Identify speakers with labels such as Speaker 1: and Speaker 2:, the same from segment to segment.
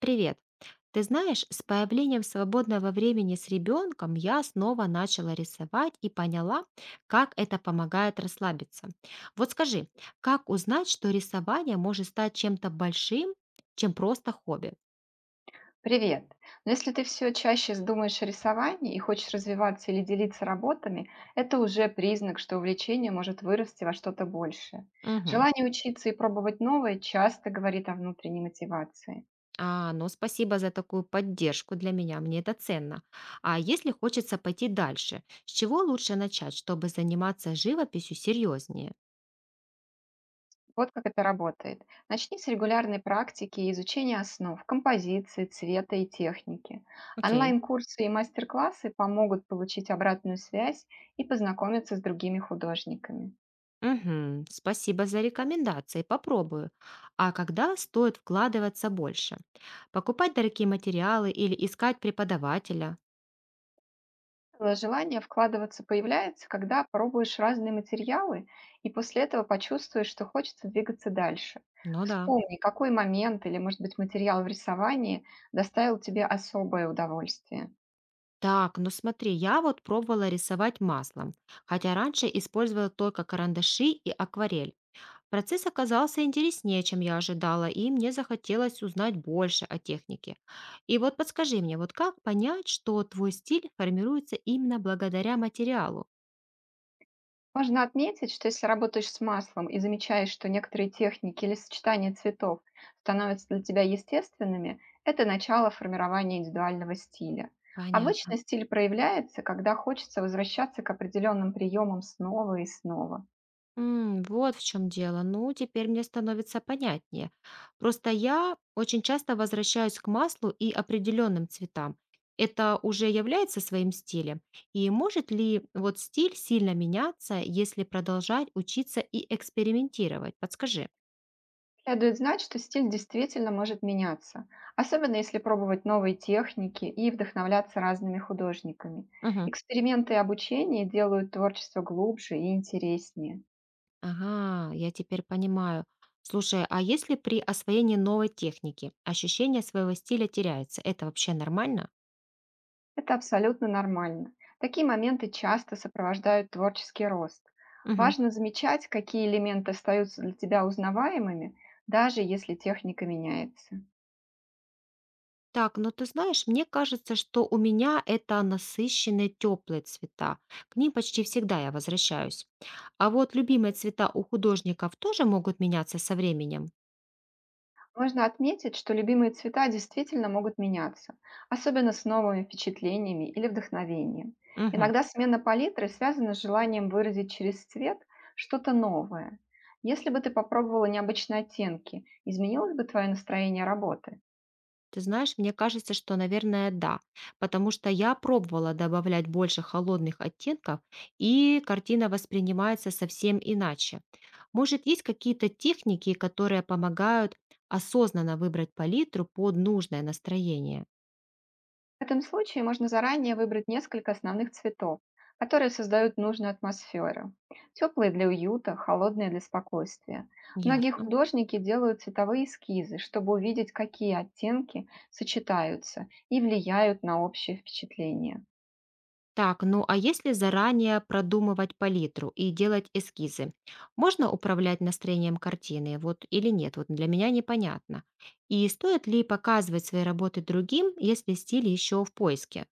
Speaker 1: Привет. Ты знаешь, с появлением свободного времени с ребенком я снова начала рисовать и поняла, как это помогает расслабиться. Вот скажи, как узнать, что рисование может стать чем-то большим, чем просто хобби?
Speaker 2: Привет! Но если ты все чаще думаешь о рисовании и хочешь развиваться или делиться работами, это уже признак, что увлечение может вырасти во что-то большее.
Speaker 1: Мгм.
Speaker 2: Желание учиться и пробовать новое часто говорит о внутренней мотивации.
Speaker 1: А, ну спасибо за такую поддержку для меня, мне это ценно. А если хочется пойти дальше, с чего лучше начать, чтобы заниматься живописью серьезнее?
Speaker 2: Вот как это работает. Начни с регулярной практики и изучения основ, композиции, цвета и техники.
Speaker 1: Окей.
Speaker 2: Онлайн-курсы и мастер-классы помогут получить обратную связь и познакомиться с другими художниками.
Speaker 1: Мгм. Спасибо за рекомендации, попробую. А когда стоит вкладываться больше? Покупать дорогие материалы или искать преподавателя?
Speaker 2: Желание вкладываться появляется, когда пробуешь разные материалы, и после этого почувствуешь, что хочется двигаться дальше.
Speaker 1: Ну да.
Speaker 2: Вспомни, какой момент или, может быть, материал в рисовании доставил тебе особое удовольствие.
Speaker 1: Так, ну смотри, я вот пробовала рисовать маслом, хотя раньше использовала только карандаши и акварель. Процесс оказался интереснее, чем я ожидала, и мне захотелось узнать больше о технике. И вот подскажи мне, вот как понять, что твой стиль формируется именно благодаря материалу?
Speaker 2: Важно отметить, что если работаешь с маслом и замечаешь, что некоторые техники или сочетания цветов становятся для тебя естественными, это начало формирования индивидуального стиля. Обычно
Speaker 1: Понятно.
Speaker 2: стиль проявляется, когда хочется возвращаться к определенным приемам снова и снова.
Speaker 1: М, вот в чем дело. Ну, теперь мне становится понятнее. Просто я очень часто возвращаюсь к маслу и определенным цветам. Это уже является своим стилем? И может ли вот стиль сильно меняться, если продолжать учиться и экспериментировать? Подскажи.
Speaker 2: Следует знать, что стиль действительно может меняться, особенно если пробовать новые техники и вдохновляться разными художниками.
Speaker 1: Мгм.
Speaker 2: Эксперименты и обучение делают творчество глубже и интереснее.
Speaker 1: Ага, я теперь понимаю. Слушай, а если при освоении новой техники ощущение своего стиля теряется, это вообще нормально?
Speaker 2: Это абсолютно нормально. Такие моменты часто сопровождают творческий рост.
Speaker 1: Мгм.
Speaker 2: Важно замечать, какие элементы остаются для тебя узнаваемыми, даже если техника меняется.
Speaker 1: Так, но ты знаешь, мне кажется, что у меня это насыщенные теплые цвета. К ним почти всегда я возвращаюсь. А вот любимые цвета у художников тоже могут меняться со временем.
Speaker 2: Можно отметить, что любимые цвета действительно могут меняться, особенно с новыми впечатлениями или вдохновением.
Speaker 1: Мгм.
Speaker 2: Иногда смена палитры связана с желанием выразить через цвет что-то новое. Если бы ты попробовала необычные оттенки, изменилось бы твое настроение работы?
Speaker 1: Ты знаешь, мне кажется, что, наверное, да, потому что я пробовала добавлять больше холодных оттенков, и картина воспринимается совсем иначе. Может, есть какие-то техники, которые помогают осознанно выбрать палитру под нужное настроение?
Speaker 2: В этом случае можно заранее выбрать несколько основных цветов, которые создают нужную атмосферу. Теплые для уюта, холодные для спокойствия. Многие
Speaker 1: Ясно.
Speaker 2: художники делают цветовые эскизы, чтобы увидеть, какие оттенки сочетаются и влияют на общее впечатление.
Speaker 1: Так, ну а если заранее продумывать палитру и делать эскизы, можно управлять настроением картины, вот или нет? Вот для меня непонятно. И стоит ли показывать свои работы другим, если стиль еще в поиске?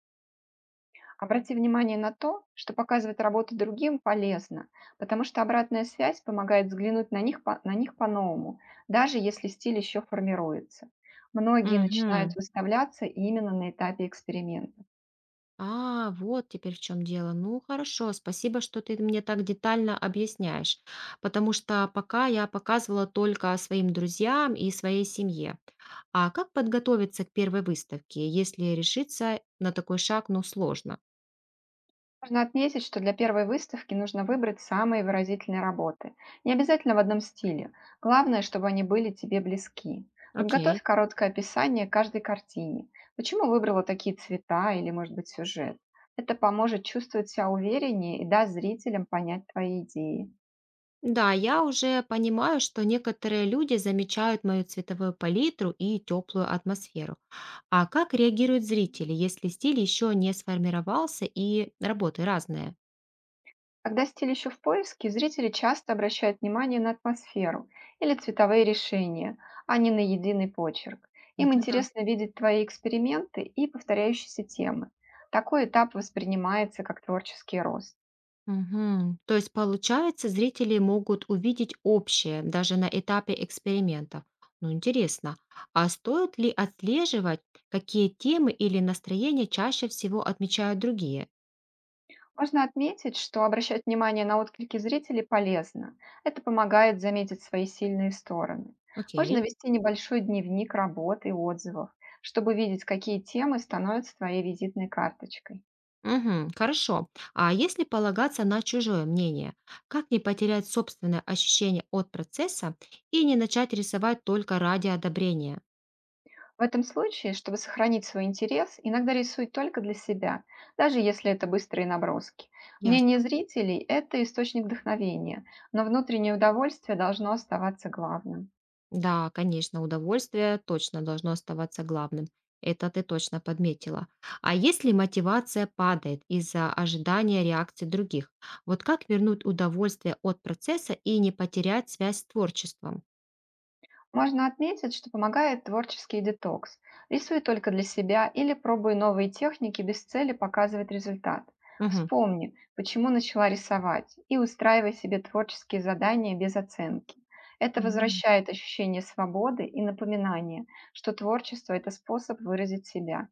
Speaker 2: Обрати внимание на то, что показывать работу другим полезно, потому что обратная связь помогает взглянуть на них, на них по-новому, даже если стиль еще формируется. Многие начинают
Speaker 1: Угу.
Speaker 2: выставляться именно на этапе эксперимента.
Speaker 1: А, вот теперь в чем дело. Ну, хорошо, спасибо, что ты мне так детально объясняешь, потому что пока я показывала только своим друзьям и своей семье. А как подготовиться к первой выставке, если решиться на такой шаг, ну, сложно?
Speaker 2: Можно отметить, что для первой выставки нужно выбрать самые выразительные работы. Не обязательно в одном стиле. Главное, чтобы они были тебе близки.
Speaker 1: Окей.
Speaker 2: Подготовь короткое описание каждой картине. Почему выбрала такие цвета или, может быть, сюжет? Это поможет чувствовать себя увереннее и даст зрителям понять твои идеи.
Speaker 1: Да, я уже понимаю, что некоторые люди замечают мою цветовую палитру и теплую атмосферу. А как реагируют зрители, если стиль еще не сформировался и работы разные?
Speaker 2: Когда стиль еще в поиске, зрители часто обращают внимание на атмосферу или цветовые решения, а не на единый почерк. Им
Speaker 1: Это да.
Speaker 2: интересно видеть твои эксперименты и повторяющиеся темы. Такой этап воспринимается как творческий рост.
Speaker 1: Мгм. То есть, получается, зрители могут увидеть общее даже на этапе эксперимента. Ну, интересно. А стоит ли отслеживать, какие темы или настроения чаще всего отмечают другие?
Speaker 2: Можно отметить, что обращать внимание на отклики зрителей полезно. Это помогает заметить свои сильные стороны. Можно
Speaker 1: Окей.
Speaker 2: вести небольшой дневник работ и отзывов, чтобы видеть, какие темы становятся твоей визитной карточкой.
Speaker 1: Мгм. Хорошо. А если полагаться на чужое мнение, как не потерять собственное ощущение от процесса и не начать рисовать только ради одобрения?
Speaker 2: В этом случае, чтобы сохранить свой интерес, иногда рисуй только для себя, даже если это быстрые наброски. Мнение
Speaker 1: Ясно.
Speaker 2: зрителей– это источник вдохновения, но внутреннее удовольствие должно оставаться главным.
Speaker 1: Да, конечно, удовольствие точно должно оставаться главным. Это ты точно подметила. А если мотивация падает из-за ожидания реакции других, вот как вернуть удовольствие от процесса и не потерять связь с творчеством?
Speaker 2: Можно отметить, что помогает творческий детокс. Рисуй только для себя или пробуй новые техники без цели показывать результат.
Speaker 1: Мгм.
Speaker 2: Вспомни, почему начала рисовать, и устраивай себе творческие задания без оценки. Это
Speaker 1: М.
Speaker 2: возвращает ощущение свободы и напоминание, что творчество– это способ выразить себя.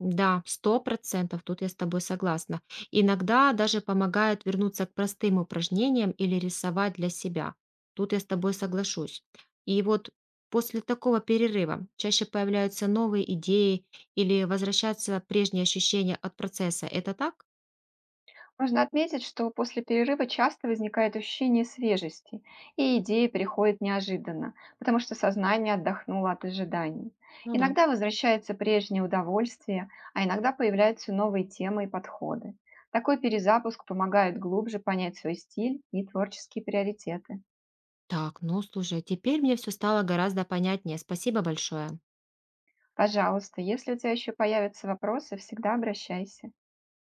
Speaker 1: Да, 100%. Тут я с тобой согласна. Иногда даже помогает вернуться к простым упражнениям или рисовать для себя. Тут я с тобой соглашусь. И вот после такого перерыва чаще появляются новые идеи или возвращаются прежние ощущения от процесса. Это так?
Speaker 2: Важно отметить, что после перерыва часто возникает ощущение свежести, и идеи приходят неожиданно, потому что сознание отдохнуло от ожиданий.
Speaker 1: Ну да.
Speaker 2: Иногда возвращается прежнее удовольствие, а иногда появляются новые темы и подходы. Такой перезапуск помогает глубже понять свой стиль и творческие приоритеты.
Speaker 1: Так, ну слушай, теперь мне все стало гораздо понятнее. Спасибо большое.
Speaker 2: Пожалуйста, если у тебя еще появятся вопросы, всегда обращайся.